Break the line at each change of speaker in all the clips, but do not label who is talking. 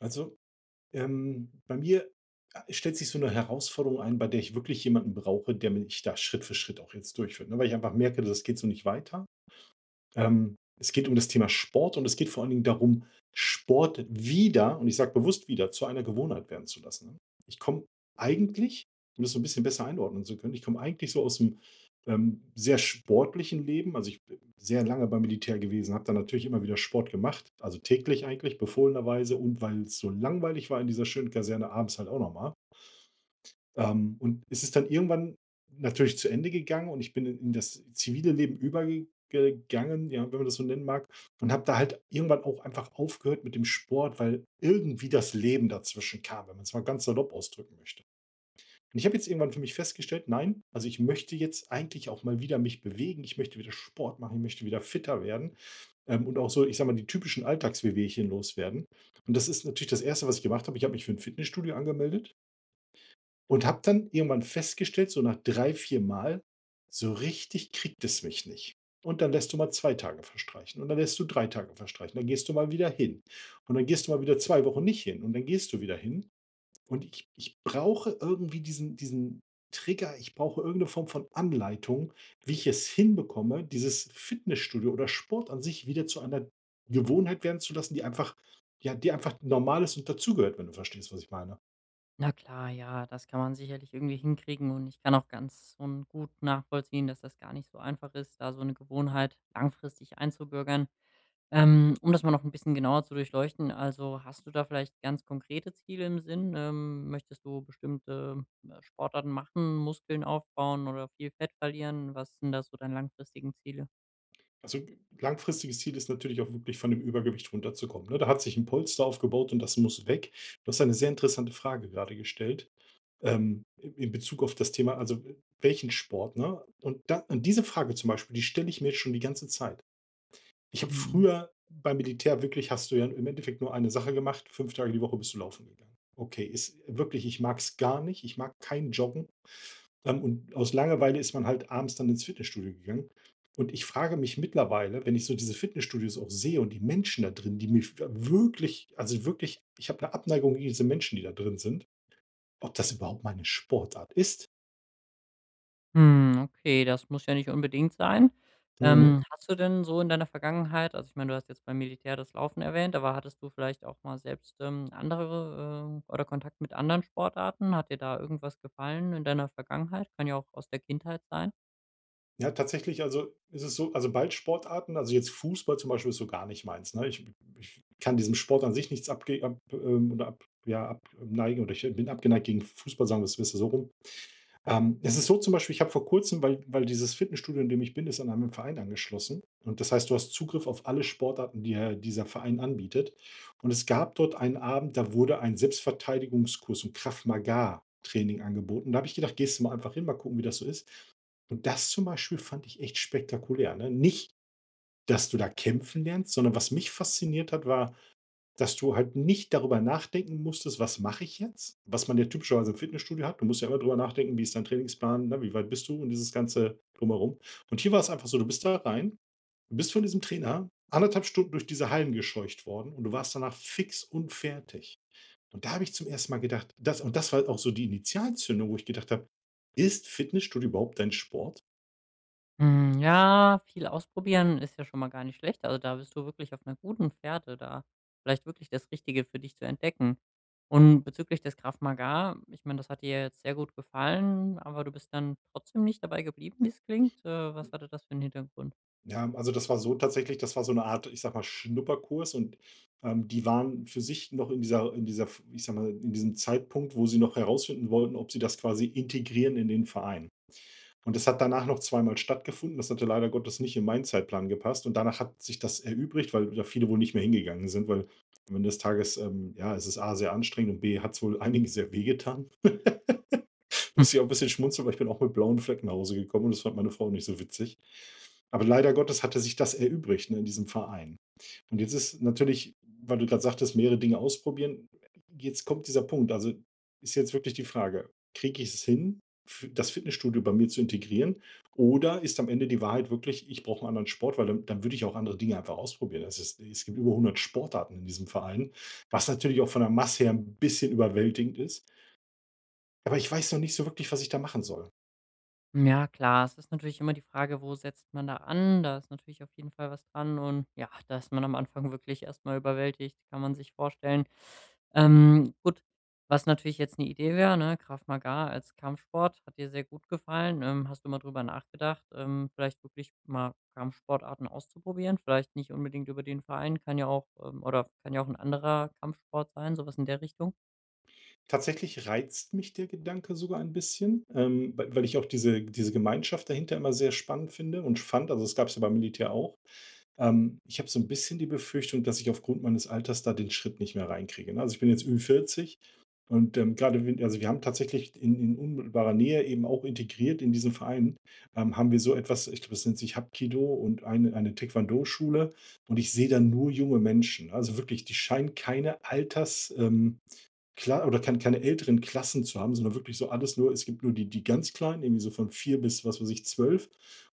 Also, bei mir, stellt sich so eine Herausforderung ein, bei der ich wirklich jemanden brauche, der mich da Schritt für Schritt auch jetzt durchführt, ne? Weil ich einfach merke, das geht so nicht weiter. Es geht um das Thema Sport und es geht vor allen Dingen darum, Sport wieder, und ich sage bewusst wieder, zu einer Gewohnheit werden zu lassen, ne? Ich komme eigentlich, um das so ein bisschen besser einordnen zu können, ich komme eigentlich so aus dem sehr sportlichen Leben. Also ich bin sehr lange beim Militär gewesen, habe dann natürlich immer wieder Sport gemacht, also täglich eigentlich, befohlenerweise. Und weil es so langweilig war in dieser schönen Kaserne, abends halt auch nochmal. Und es ist dann irgendwann natürlich zu Ende gegangen und ich bin in das zivile Leben übergegangen, ja, wenn man das so nennen mag, und habe da halt irgendwann auch einfach aufgehört mit dem Sport, weil irgendwie das Leben dazwischen kam, wenn man es mal ganz salopp ausdrücken möchte. Und ich habe jetzt irgendwann für mich festgestellt, nein, also ich möchte jetzt eigentlich auch mal wieder mich bewegen, ich möchte wieder Sport machen, ich möchte wieder fitter werden, und auch so, ich sag mal, die typischen Alltagswehwehchen loswerden. Und das ist natürlich das Erste, was ich gemacht habe. Ich habe mich für ein Fitnessstudio angemeldet und habe dann irgendwann festgestellt, so nach drei, vier Mal, so richtig kriegt es mich nicht. Und dann lässt du mal 2 Tage verstreichen und dann lässt du 3 Tage verstreichen. Dann gehst du mal wieder hin und dann gehst du mal wieder 2 Wochen nicht hin und dann gehst du wieder hin. Und ich brauche irgendwie diesen Trigger, ich brauche irgendeine Form von Anleitung, wie ich es hinbekomme, dieses Fitnessstudio oder Sport an sich wieder zu einer Gewohnheit werden zu lassen, die einfach, ja, die einfach normal ist und dazugehört, wenn du verstehst, was ich meine.
Na klar, ja, das kann man sicherlich irgendwie hinkriegen und ich kann auch ganz und gut nachvollziehen, dass das gar nicht so einfach ist, da so eine Gewohnheit langfristig einzubürgern. Um das mal noch ein bisschen genauer zu durchleuchten, also, hast du da vielleicht ganz konkrete Ziele im Sinn? Möchtest du bestimmte, Sportarten machen, Muskeln aufbauen oder viel Fett verlieren? Was sind da so deine langfristigen Ziele?
Also, langfristiges Ziel ist natürlich auch wirklich, von dem Übergewicht runterzukommen, ne? Da hat sich ein Polster aufgebaut und das muss weg. Du hast eine sehr interessante Frage gerade gestellt, ähm, in Bezug auf das Thema, also, welchen Sport, ne? Und da und diese Frage zum Beispiel, die stelle ich mir schon die ganze Zeit. Ich habe früher beim Militär wirklich, hast du ja im Endeffekt nur eine Sache gemacht, 5 Tage die Woche bist du laufen gegangen. Okay, ist wirklich, ich mag's gar nicht, ich mag kein Joggen, und aus Langeweile ist man halt abends dann ins Fitnessstudio gegangen. Und ich frage mich mittlerweile, wenn ich so diese Fitnessstudios auch sehe und die Menschen da drin, die mir wirklich, also wirklich, ich habe eine Abneigung gegen diese Menschen, die da drin sind, ob das überhaupt meine Sportart ist.
Hm, okay, das muss ja nicht unbedingt sein.
Mhm.
Hast du denn so in deiner Vergangenheit also, ich meine, du hast jetzt beim Militär das Laufen erwähnt, aber hattest du vielleicht auch mal selbst, andere, oder Kontakt mit anderen Sportarten? Hat dir da irgendwas gefallen in deiner Vergangenheit? Kann ja auch aus der Kindheit sein.
Ja, tatsächlich, also ist es so, also Ballsportarten, also jetzt Fußball zum Beispiel, ist so gar nicht meins. Ne? Ich kann diesem Sport an sich nichts abge ab, oder ab, ja, abneigen, oder ich bin abgeneigt gegen Fußball, sagen wir es besser so rum. Es ist so, zum Beispiel, ich habe vor kurzem, weil dieses Fitnessstudio, in dem ich bin, ist an einem Verein angeschlossen. Und das heißt, du hast Zugriff auf alle Sportarten, die er dieser Verein anbietet. Und es gab dort einen Abend, da wurde ein Selbstverteidigungskurs und Krav-Maga-Training angeboten. Da habe ich gedacht, gehst du mal einfach hin, mal gucken, wie das so ist. Und das zum Beispiel fand ich echt spektakulär, ne? Nicht, dass du da kämpfen lernst, sondern was mich fasziniert hat, war, dass du halt nicht darüber nachdenken musstest: „Was mache ich jetzt?“, was man ja typischerweise im Fitnessstudio hat. Du musst ja immer drüber nachdenken: „Wie ist dein Trainingsplan, ne, wie weit bist du?“ und dieses ganze Drumherum. Und hier war es einfach so, du bist da rein, du bist von diesem Trainer anderthalb Stunden durch diese Hallen gescheucht worden und du warst danach fix und fertig. Und da habe ich zum ersten Mal gedacht, das, und das war halt auch so die Initialzündung, wo ich gedacht habe: „Ist Fitnessstudio überhaupt dein Sport?“
Hm, ja, viel ausprobieren ist ja schon mal gar nicht schlecht. Also, da bist du wirklich auf einer guten Fährte, da vielleicht wirklich das Richtige für dich zu entdecken. Und bezüglich des Krav Maga, ich meine, das hat dir ja jetzt sehr gut gefallen, aber du bist dann trotzdem nicht dabei geblieben, wie es klingt. Was hatte das für einen Hintergrund?
Ja, also das war so, tatsächlich, das war so eine Art, ich sag mal, Schnupperkurs und, die waren für sich noch in dieser, ich sag mal, in diesem Zeitpunkt, wo sie noch herausfinden wollten, ob sie das quasi integrieren in den Verein. Und das hat danach noch zweimal stattgefunden. Das hatte leider Gottes nicht in meinen Zeitplan gepasst und danach hat sich das erübrigt, weil da viele wohl nicht mehr hingegangen sind, weil am Ende des Tages, ja, es ist A sehr anstrengend und B hat es wohl einigen sehr wehgetan. Muss ich auch ein bisschen schmunzeln, weil ich bin auch mit blauen Flecken nach Hause gekommen und das fand meine Frau nicht so witzig. Aber leider Gottes hatte sich das erübrigt, ne, in diesem Verein. Und jetzt ist natürlich, weil du gerade sagtest, mehrere Dinge ausprobieren, jetzt kommt dieser Punkt. Also, ist jetzt wirklich die Frage: Kriege ich es hin, f das Fitnessstudio bei mir zu integrieren? Oder ist am Ende die Wahrheit wirklich, ich brauche 'n anderen Sport, weil dann würde ich auch andere Dinge einfach ausprobieren. Es ist, es gibt über 100 Sportarten in diesem Verein, was natürlich auch von der Masse her ein bisschen überwältigend ist. Aber ich weiß noch nicht so wirklich, was ich da machen soll.
Ja, klar. Es ist natürlich immer die Frage, wo setzt man da an? Da ist natürlich auf jeden Fall was dran und ja, da ist man am Anfang wirklich erstmal überwältigt, kann man sich vorstellen. Gut, was natürlich jetzt eine Idee wäre, ne, Krav Maga als Kampfsport hat dir sehr gut gefallen. Hast du mal drüber nachgedacht, vielleicht wirklich mal Kampfsportarten auszuprobieren? Vielleicht nicht unbedingt über den Verein, kann ja auch, oder kann ja auch ein anderer Kampfsport sein, sowas in der Richtung?
Tatsächlich reizt mich der Gedanke sogar ein bisschen, weil ich auch diese Gemeinschaft dahinter immer sehr spannend finde und fand. Also, es gab es ja beim Militär auch. Ich habe so ein bisschen die Befürchtung, dass ich aufgrund meines Alters da den Schritt nicht mehr reinkriege, ne? Also, ich bin jetzt über 40 und, grade wenn, also, wir haben tatsächlich in unmittelbarer Nähe, eben auch integriert in diesen Verein, haben wir so etwas, ich glaube, das nennt sich Hapkido, und eine Taekwondo-Schule, und ich sehe da nur junge Menschen. Ne? Also, wirklich, die scheinen keine Alters Klar, oder keine älteren Klassen zu haben, sondern wirklich so alles, nur, es gibt nur die ganz Kleinen, irgendwie so von 4 bis, was weiß ich, 12,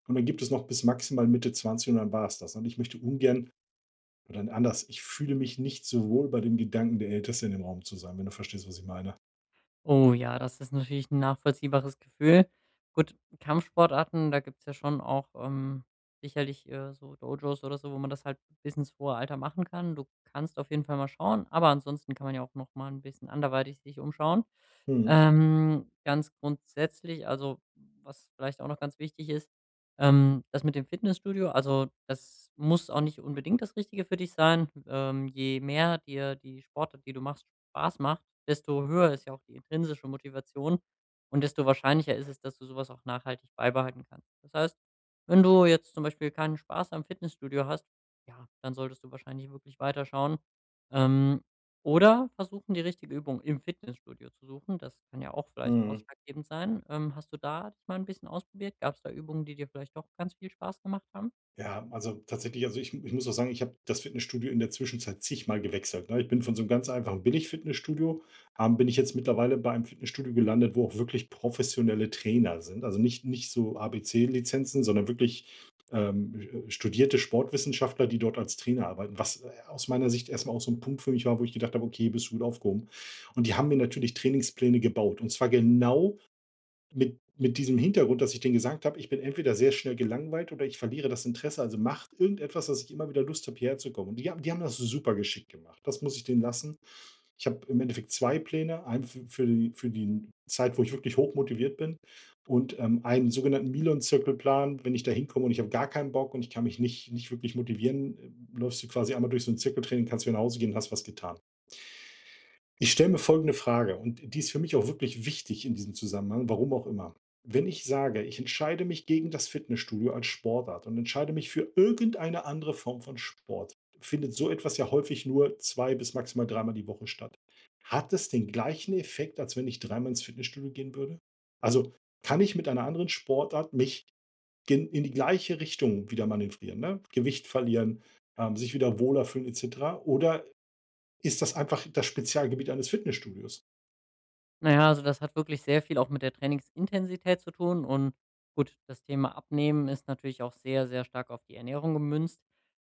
und dann gibt es noch bis maximal Mitte 20 und dann war es das. Und ich möchte ungern, oder anders, ich fühle mich nicht so wohl bei dem Gedanken, der Älteste in dem Raum zu sein, wenn du verstehst, was ich meine.
Oh ja, das ist natürlich ein nachvollziehbares Gefühl. Gut, Kampfsportarten, da gibt's ja schon auch, sicherlich, so Dojos oder so, wo man das halt bis ins hohe Alter machen kann. Du kannst auf jeden Fall mal schauen, aber ansonsten kann man ja auch noch mal ein bisschen anderweitig sich umschauen.
Mhm,
Ganz grundsätzlich, also, was vielleicht auch noch ganz wichtig ist, das mit dem Fitnessstudio, also, das muss auch nicht unbedingt das Richtige für dich sein. Je mehr dir die Sportart, die du machst, Spaß macht, desto höher ist ja auch die intrinsische Motivation und desto wahrscheinlicher ist es, dass du sowas auch nachhaltig beibehalten kannst. Das heißt, wenn du jetzt zum Beispiel keinen Spaß am Fitnessstudio hast, ja, dann solltest du wahrscheinlich wirklich weiterschauen. Ähm, oder versuchen, die richtige Übung im Fitnessstudio zu suchen. Das kann ja auch vielleicht
mhm.
ausschlaggebend sein. Hast du da dich mal ein bisschen ausprobiert? Gab es da Übungen, die dir vielleicht doch ganz viel Spaß gemacht haben?
Ja, also tatsächlich, also ich muss auch sagen, ich habe das Fitnessstudio in der Zwischenzeit zigmal gewechselt, ne? Ich bin von so einem ganz einfachen Billig-Fitnessstudio, bin ich jetzt mittlerweile bei einem Fitnessstudio gelandet, wo auch wirklich professionelle Trainer sind. Also nicht so ABC-Lizenzen, sondern wirklich, ähm, studierte Sportwissenschaftler, die dort als Trainer arbeiten, was, aus meiner Sicht erstmal auch so ein Punkt für mich war, wo ich gedacht habe: „Okay, bist du gut aufgehoben.“ Und die haben mir natürlich Trainingspläne gebaut, und zwar genau mit diesem Hintergrund, dass ich denen gesagt habe: „Ich bin entweder sehr schnell gelangweilt oder ich verliere das Interesse, also macht irgendetwas, dass ich immer wieder Lust habe, hierher zu kommen.“ Und die haben das super geschickt gemacht. Das muss ich denen lassen. Ich habe im Endeffekt 2 Pläne, einen f für die Zeit, wo ich wirklich hochmotiviert bin, und, einen sogenannten Milon-Zirkelplan. Wenn ich da hinkomme und ich habe gar keinen Bock und ich kann mich nicht wirklich motivieren, läufst du quasi einmal durch so 'n Zirkeltraining, kannst wieder nach Hause gehen und hast was getan. Ich stelle mir folgende Frage, und die ist für mich auch wirklich wichtig in diesem Zusammenhang, warum auch immer. Wenn ich sage, ich entscheide mich gegen das Fitnessstudio als Sportart und entscheide mich für irgendeine andere Form von Sport, findet so etwas ja häufig nur zwei bis maximal dreimal die Woche statt. Hat es den gleichen Effekt, als wenn ich dreimal ins Fitnessstudio gehen würde? Also, kann ich mit einer anderen Sportart mich in die gleiche Richtung wieder manövrieren, ne? Gewicht verlieren, sich wieder wohler fühlen etc. Oder ist das einfach das Spezialgebiet eines Fitnessstudios?
Na ja, also das hat wirklich sehr viel auch mit der Trainingsintensität zu tun und gut, das Thema Abnehmen ist natürlich auch sehr, sehr stark auf die Ernährung gemünzt.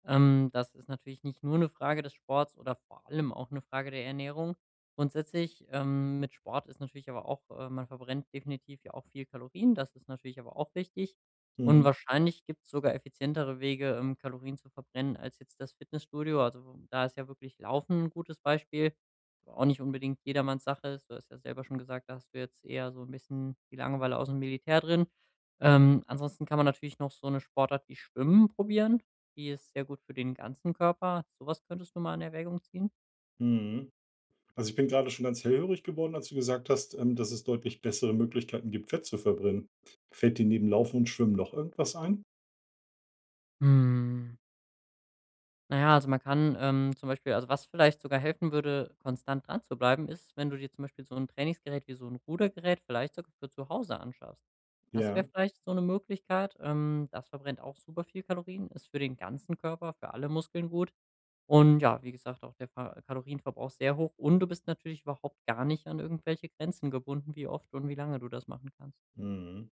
Das ist natürlich nicht nur eine Frage des Sports oder vor allem auch eine Frage der Ernährung. Grundsätzlich, mit Sport ist natürlich aber auch man verbrennt definitiv ja auch viel Kalorien, das ist natürlich aber auch wichtig. Und
Mhm.
wahrscheinlich gibt es sogar effizientere Wege, Kalorien zu verbrennen als jetzt das Fitnessstudio. Also, da ist ja wirklich Laufen ein gutes Beispiel auch nicht unbedingt jedermanns Sache ist. Du hast ja selber schon gesagt, da hast du jetzt eher so ein bisschen die Langeweile aus dem Militär drin. Ansonsten kann man natürlich noch so eine Sportart wie Schwimmen probieren. Die ist sehr gut für den ganzen Körper. Sowas könntest du mal in Erwägung ziehen.
Mhm. Also ich bin gerade schon ganz hellhörig geworden, als du gesagt hast, dass es deutlich bessere Möglichkeiten gibt, Fett zu verbrennen. Fällt dir neben Laufen und Schwimmen noch irgendwas ein?
Hm. Na ja, also man kann, zum Beispiel also was vielleicht sogar helfen würde, konstant dran zu bleiben, ist, wenn du dir zum Beispiel so ein Trainingsgerät wie so ein Rudergerät vielleicht sogar für zu Hause anschaffst. Das wäre
Ja.
vielleicht so eine Möglichkeit. Das verbrennt auch super viel Kalorien, ist für den ganzen Körper, für alle Muskeln gut und ja, wie gesagt, auch der Ver Kalorienverbrauch sehr hoch und du bist natürlich überhaupt gar nicht an irgendwelche Grenzen gebunden, wie oft und wie lange du das machen kannst.
Mhm.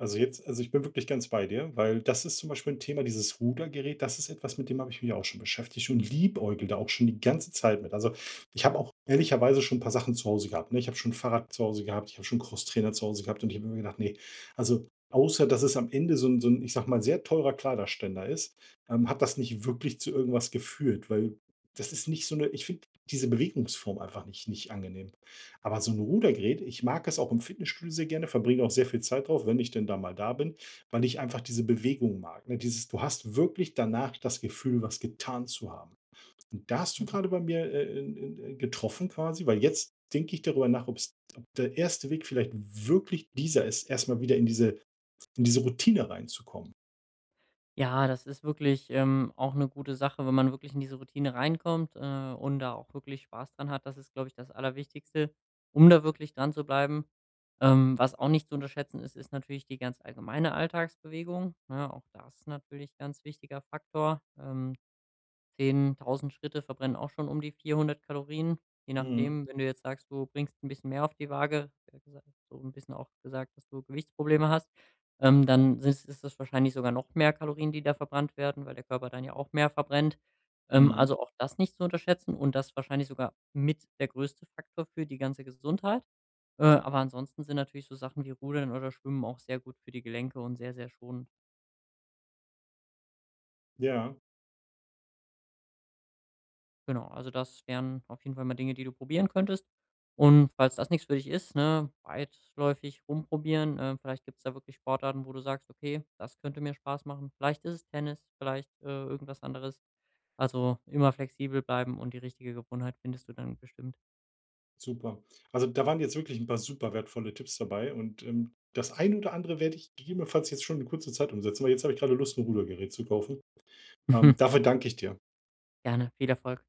Also jetzt, also ich bin wirklich ganz bei dir, weil das ist zum Beispiel ein Thema, dieses Rudergerät, das ist etwas, mit dem habe ich mich auch schon beschäftigt und Liebäugel da auch schon die ganze Zeit mit. Also, ich habe auch ehrlicherweise schon 'n paar Sachen zu Hause gehabt, ne? Ich habe schon 'n Fahrrad zu Hause gehabt, ich habe schon einen Crosstrainer zu Hause gehabt und ich habe immer gedacht: nee, also, außer dass es am Ende so 'n, ich sage mal, sehr teurer Kleiderständer ist, hat das nicht wirklich zu irgendwas geführt“, weil das ist nicht so eine, ich finde diese Bewegungsform einfach nicht angenehm. Aber so ein Rudergerät, ich mag es auch im Fitnessstudio sehr gerne, verbringe auch sehr viel Zeit drauf, wenn ich denn da mal da bin, weil ich einfach diese Bewegung mag, ne? Dieses, du hast wirklich danach das Gefühl, was getan zu haben. Und da hast du gerade bei mir, in getroffen quasi, weil jetzt denke ich darüber nach, ob der erste Weg vielleicht wirklich dieser ist, erst mal wieder in diese, Routine reinzukommen.
Ja, das ist wirklich, auch eine gute Sache, wenn man wirklich in diese Routine reinkommt, und da auch wirklich Spaß dran hat. Das ist, glaube ich, das Allerwichtigste, um da wirklich dran zu bleiben. Was auch nicht zu unterschätzen ist, ist natürlich die ganz allgemeine Alltagsbewegung, ne? Auch das ist natürlich ein ganz wichtiger Faktor. 10.000 Schritte verbrennen auch schon um die 400 Kalorien. Je
Mhm,
nachdem, wenn du jetzt sagst, du bringst ein bisschen mehr auf die Waage, ja gesa so ein bisschen auch gesagt, dass du Gewichtsprobleme hast, dann sind ist das wahrscheinlich sogar noch mehr Kalorien, die da verbrannt werden, weil der Körper dann ja auch mehr verbrennt.
mhm,
Also auch das nicht zu unterschätzen und das wahrscheinlich sogar mit der größte Faktor für die ganze Gesundheit. Aber ansonsten sind natürlich so Sachen wie Rudern oder Schwimmen auch sehr gut für die Gelenke und sehr, sehr schonend.
ja.
Genau, also das wären auf jeden Fall mal Dinge, die du probieren könntest. Und falls das nichts für dich ist, ne, weitläufig rumprobieren. Vielleicht gibt es da wirklich Sportarten, wo du sagst, okay, das könnte mir Spaß machen. Vielleicht ist es Tennis, vielleicht irgendwas anderes. Also immer flexibel bleiben und die richtige Gewohnheit findest du dann bestimmt.
Super. Also, da waren jetzt wirklich ein paar super wertvolle Tipps dabei und, das eine oder andere werde ich gegebenenfalls jetzt schon in kurzer Zeit umsetzen, weil jetzt habe ich gerade Lust, ein Rudergerät zu kaufen. Ähm, dafür danke ich dir.
Gerne, viel Erfolg.